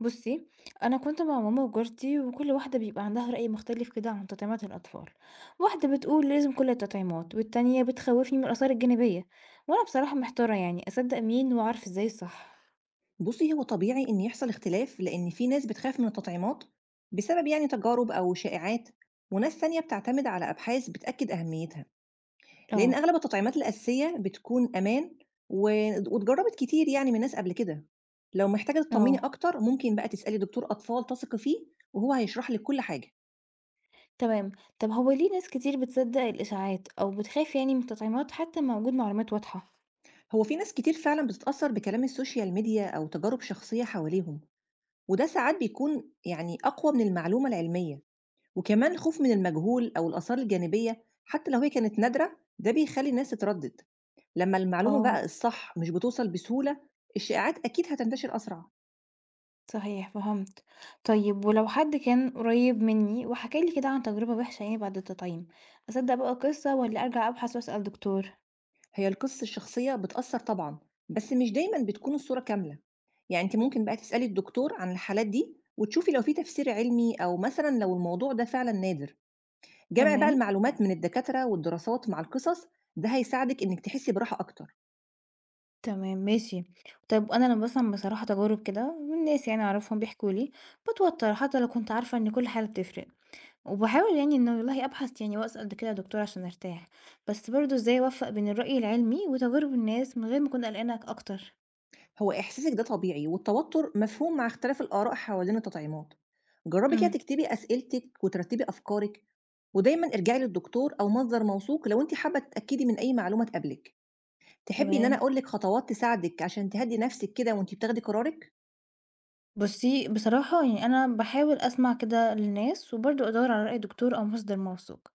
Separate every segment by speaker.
Speaker 1: بُصّي، أنا كنت مع ماما وجارتي وكل واحدة بيبقى عندها رأي مختلف كده عن تطعيمات الأطفال، واحدة بتقول لازم كل التطعيمات والتانية بتخوّفني من الآثار الجانبية، وأنا بصراحة محتارة يعني أصدّق مين وأعرف إزاي الصح؟
Speaker 2: بُصّي، هو طبيعي إن يحصل اختلاف، لإن في ناس بتخاف من التطعيمات بسبب يعني تجارب أو شائعات، وناس تانية بتعتمد على أبحاث بتأكد أهميتها، لإن
Speaker 1: آه،
Speaker 2: أغلب التطعيمات الأساسية بتكون أمان و واتجربت كتير يعني من ناس قبل كده. لو محتاجة تطمني
Speaker 1: آه،
Speaker 2: أكتر ممكن بقى تسألي دكتور أطفال تثقي فيه وهو هيشرح لِك كل حاجة.
Speaker 1: تمام. طب هو ليه ناس كتير بتصدّق الإشاعات أو بتخاف يعني من التطعيمات حتى مع وجود معلومات واضحة؟
Speaker 2: هو في ناس كتير فعلًا بتتأثر بكلام السوشيال ميديا أو تجارب شخصية حواليهم، وده ساعات بيكون يعني أقوى من المعلومة العلمية. وكمان الخوف من المجهول أو الآثار الجانبية حتى لو هي كانت نادرة ده بيخلي الناس تتردد. لما المعلومة بقى
Speaker 1: آه،
Speaker 2: الصح مش بتوصل بسهولة، الشائعات أكيد هتنتشر أسرع.
Speaker 1: صحيح فهمت. طيب ولو حد كان قريب مني وحكى لي كده عن تجربة وحشة يعني بعد التطعيم، أصدّق بقى القصة والّا أرجع أبحث وأسأل دكتور؟
Speaker 2: هي القصة الشخصية بتأثر طبعا، بس مش دايما بتكون الصورة كاملة. يعني أنت ممكن بقى تسألي الدكتور عن الحالات دي وتشوفي لو في تفسير علمي أو مثلا لو الموضوع ده فعلا نادر. جمع بقى
Speaker 1: تمام،
Speaker 2: المعلومات من الدكاترة والدراسات مع القصص، ده هيساعدك إنك تحسي براحة أكتر.
Speaker 1: تمام ماشي. طيب أنا لمّا باسمع بصراحة تجارب كده من ناس يعني أعرفهم بيحكوا لي، باتوتر حتى لو كنت عارفة إن كل حاجة بتفرق، وباحاول يعني إنه والله أبحث يعني وأسأل كده يا دكتور عشان أرتاح، بس برضه إزاي أوفّق بين الرأي العلمي وتجارب الناس من غير ما أكون قلقانة أكتر؟
Speaker 2: هو إحساسِك ده طبيعي، والتوتر مفهوم مع اختلاف الآراء حوالين التطعيمات. جرّبي كده
Speaker 1: إمم،
Speaker 2: تكتبي أسئلتِك وترتّبي أفكارِك، ودايمًا ارجعي للدكتور أو مصدر موثوق لو أنتِ حابة تتأكدي من أي معلومة تقابلِك. تحبي إن أنا
Speaker 1: تمام.
Speaker 2: أقول لِك خطوات تساعدِك عشان تهدّي نفسِك كده وأنتِ بتاخدي قرارِك؟
Speaker 1: بُصّي، بصراحة يعني أنا باحاول أسمع كده للناس، وبرضه أدوّر على رأي دكتور أو مصدر موثوق،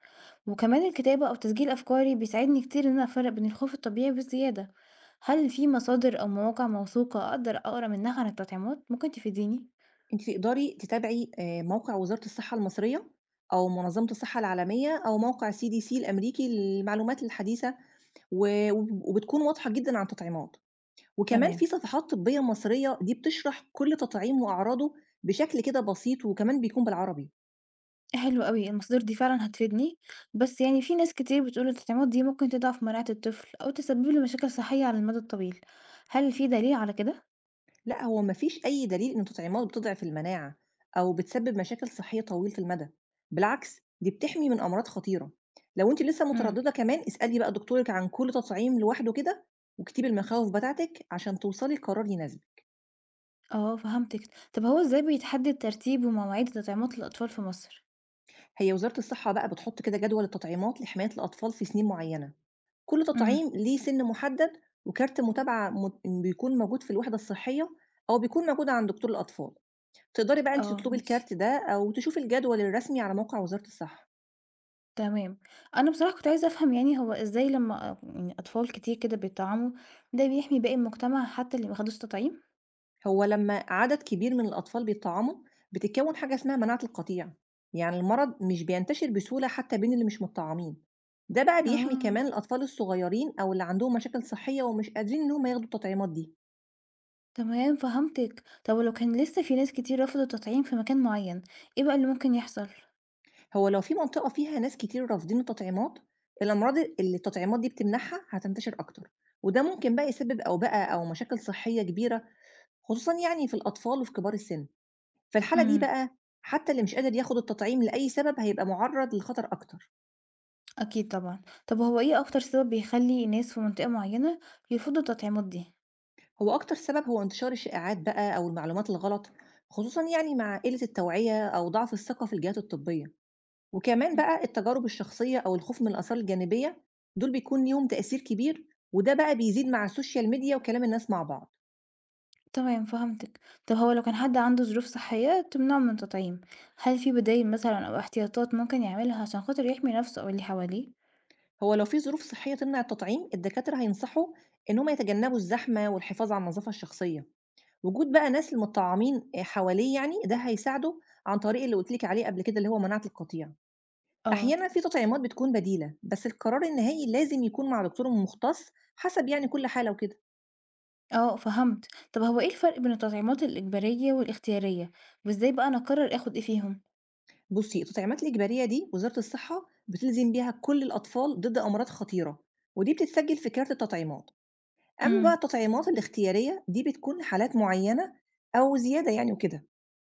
Speaker 1: وكمان الكتابة أو تسجيل أفكاري بيساعدني كتير إن أنا أفرّق بين الخوف الطبيعي والزيادة. هل في مصادر أو مواقع موثوقة أقدر أقرا منها عن التطعيمات؟ ممكن تفيديني؟
Speaker 2: أنتِ تقدري تتابعي موقع وزارة الصحة المصرية أو منظمة الصحة العالمية أو موقع CDC الأمريكي للمعلومات الحديثة، و وب وبتكون واضحة جدًا عن التطعيمات. وكمان
Speaker 1: تمام،
Speaker 2: في صفحات طبية مصرية دي بتشرح كل تطعيم وأعراضه بشكل كده بسيط وكمان بيكون بالعربي.
Speaker 1: حلو أوي، المصادر دي فعلًا هتفيدني، بس يعني في ناس كتير بتقول التطعيمات دي ممكن تضعف مناعة الطفل أو تسبب له مشاكل صحية على المدى الطويل. هل في دليل على كده؟
Speaker 2: لا، هو مفيش أي دليل إن التطعيمات بتضعف المناعة أو بتسبب مشاكل صحية طويلة المدى، بالعكس دي بتحمي من أمراض خطيرة. لو أنت لسه
Speaker 1: إمم.
Speaker 2: مترددة كمان اسألي بقى دكتورك عن كل تطعيم لوحده كده، واكتبي المخاوف بتاعتك عشان توصلي لقرار يناسبك.
Speaker 1: آه فهمتِك، طب هو إزاي بيتحدد ترتيب ومواعيد تطعيمات الأطفال في مصر؟
Speaker 2: هي وزارة الصحة بقى بتحط كده جدول التطعيمات لحماية الأطفال في سنين معينة، كل
Speaker 1: امم،
Speaker 2: تطعيم ليه سِن مُحدد، وكارت متابعة بيكون موجود في الوحدة الصحية أو بيكون موجود عند دكتور الأطفال. تقدري بقى أنتِ
Speaker 1: آه
Speaker 2: تطلبي
Speaker 1: ماشي.
Speaker 2: الكارت ده أو تشوفي الجدول الرسمي على موقع وزارة الصحة.
Speaker 1: تمام، أنا بصراحة كنت عايزة أفهم يعني هو إزاي لما يعني أطفال كتير كده بيتطعموا ده بيحمي باقي المجتمع حتى اللي ما خدوش تطعيم؟
Speaker 2: هو لمّا عدد كبير من الأطفال بيتطعموا، بتتكوِّن حاجة اسمها مناعة القطيع، يعني المرض مش بينتشر بسهولة حتى بين اللي مش متطعمين. ده بقى بيحمي
Speaker 1: آه
Speaker 2: كمان الأطفال الصغيرين أو اللي عندهم مشاكل صحية ومش قادرين إن هم ياخدوا التطعيمات دي.
Speaker 1: تمام فهمتِك، طب ولو كان لسه في ناس كتير رفضوا التطعيم في مكان معين، إيه بقى اللي ممكن يحصل؟
Speaker 2: هو لو في منطقة فيها ناس كتير رافضين التطعيمات، الأمراض اللي التطعيمات دي بتمنعها هتنتشر أكتر، وده ممكن بقى يسبب أوبئة أو مشاكل صحية كبيرة، خصوصًا يعني في الأطفال وفي كبار السن. في الحالة دي
Speaker 1: امم
Speaker 2: بقى حتى اللي مش قادر ياخد التطعيم لأي سبب هيبقى معرض لخطر أكتر.
Speaker 1: أكيد طبعا، طب هو إيه أكتر سبب بيخلي ناس في منطقة معينة يرفضوا التطعيمات دي؟
Speaker 2: هو أكتر سبب هو انتشار الشائعات بقى أو المعلومات الغلط، خصوصًا يعني مع قلة التوعية أو ضعف الثقة في الجهات الطبية. وكمان بقى التجارب الشخصية أو الخوف من الآثار الجانبية دول بيكون ليهم تأثير كبير، وده بقى بيزيد مع السوشيال ميديا وكلام الناس مع بعض.
Speaker 1: تمام فهمتِك. طب هو لو كان حد عنده ظروف صحية تمنعه من التطعيم، هل في بدايل مثلًا أو احتياطات ممكن يعملها عشان خاطر يحمي نفسه أو اللي حواليه؟
Speaker 2: هو لو في ظروف صحية تمنع التطعيم الدكاترة هينصحوا إن هم يتجنبوا الزحمة والحفاظ على النظافة الشخصية. وجود بقى ناس المتطعمين حواليه يعني ده هيساعده، عن طريق اللي قلت لك عليه قبل كده اللي هو مناعة القطيع.
Speaker 1: آه.
Speaker 2: أحيانا في تطعيمات بتكون بديلة، بس القرار النهائي لازم يكون مع دكتور مختص حسب يعني كل حالة وكده.
Speaker 1: آه فهمت. طب هو إيه الفرق بين التطعيمات الإجبارية والإختيارية، وإزاي بقى أنا أقرر آخد إيه فيهم؟
Speaker 2: بُصّي، التطعيمات الإجبارية دي وزارة الصحة بتلزم بيها كل الأطفال ضد أمراض خطيرة، ودي بتتسجل في كارت التطعيمات. أما بقى
Speaker 1: إمم،
Speaker 2: التطعيمات الاختيارية دي بتكون لحالات معينة أو زيادة يعني وكده،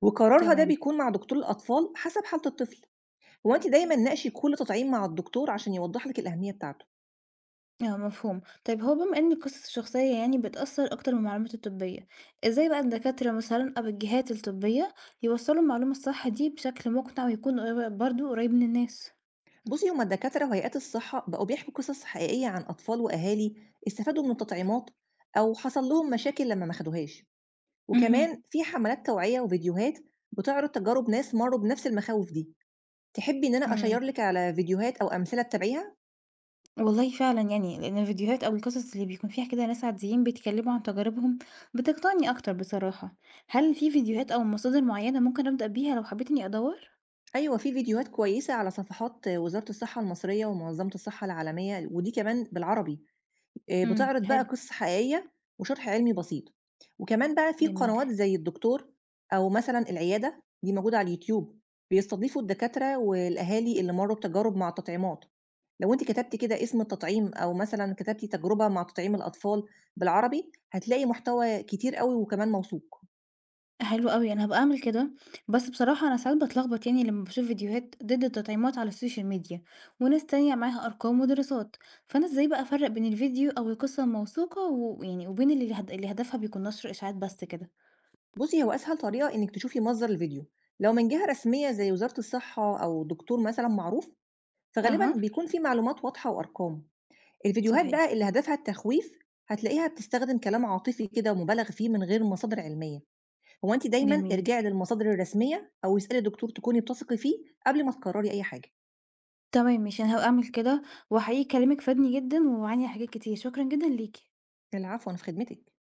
Speaker 2: وقرارها ده
Speaker 1: تمام.
Speaker 2: بيكون مع دكتور الأطفال حسب حالة الطفل. هو أنتِ
Speaker 1: إمم.
Speaker 2: دايمًا ناقشي كل تطعيم مع الدكتور عشان يوضح لِك الأهمية بتاعته.
Speaker 1: آه مفهوم. طيب هو بما إن القصص الشخصية يعني بتأثّر أكتر من المعلومات الطبية، إزاي بقى الدكاترة مثلًا أو الجهات الطبية يوصّلوا المعلومة الصح دي بشكل مقنع ويكون قري برضه قريب من الناس؟
Speaker 2: بُصّي، هُم الدكاترة وهيئات الصحة بقوا بيحكوا قصص حقيقية عن أطفال وأهالي استفادوا من التطعيمات أو حصل لهم مشاكل لمّا ما خدوهاش. وكمان
Speaker 1: اهم.
Speaker 2: في حملات توعية وفيديوهات بتعرض تجارب ناس مروا بنفس المخاوف دي. تحبي ان انا
Speaker 1: إمم.
Speaker 2: اشير لك على فيديوهات او امثلة تتابعيها؟
Speaker 1: والله فعلًا يعني، لإن الفيديوهات أو القصص اللي بيكون فيها كده ناس عاديين بيتكلموا عن تجاربهم بتقنعني أكتر بصراحة. هل في فيديوهات أو مصادر معينة ممكن أبدأ بيها لو حبيت إني أدوّر؟
Speaker 2: ايوه، في فيديوهات كويسة على صفحات وزارة الصحة المصرية ومنظمة الصحة العالمية ودي كمان بالعربي،
Speaker 1: إمم،
Speaker 2: بتعرض بقى
Speaker 1: حلو،
Speaker 2: قصة حقيقية وشرح علمي بسيط، وكمان بقى في
Speaker 1: جميل،
Speaker 2: قنوات زي الدكتور أو مثلًا العيادة، دي موجودة على اليوتيوب، بيستضيفوا الدكاترة والأهالي اللي مرّوا بتجارب مع التطعيمات. لو أنتِ كتبتِ كده اسم التطعيم أو مثلًا كتبتِ تجربة مع تطعيم الأطفال بالعربي، هتلاقي محتوى كتير أوي وكمان موثوق.
Speaker 1: حلو أوي، أنا هابقى أعمل كده. بس بصراحة أنا ساعات باتلخبط يعني لمّا باشوف فيديوهات ضد التطعيمات على السوشيال ميديا، وناس تانية معاها أرقام ودراسات، فأنا إزاي بقى أفرّق بين الفيديو أو القصة الموثوقة و يعني وبين اللي هدفها بيكون نشر إشاعات بس كده؟
Speaker 2: بُصّي، هو أسهل طريقة إنِّك تشوفي مصدر الفيديو، لو من جهة رسمية زي وزارة الصحة أو دكتور مثلًا معروف، فغالبًا
Speaker 1: أها،
Speaker 2: بيكون في معلومات واضحة وأرقام. الفيديوهات
Speaker 1: صحيح،
Speaker 2: بقى اللي هدفها التخويف هتلاقيها بتستخدم كلام عاطفي كده ومبالغ فيه من غير مصادر علمية. هو انت دايما
Speaker 1: جميل.
Speaker 2: ارجعي للمصادر الرسمية او اسألي دكتور تكوني بتثقي فيه قبل ما تقرري اي حاجة.
Speaker 1: تمام ماشي، أنا هاعمل كده، وحقيقي كلامِك فادني جدًا، ووعّيني حاجات كتير، شكرًا جدًا ليكِ.
Speaker 2: العفو، انا في خدمتك.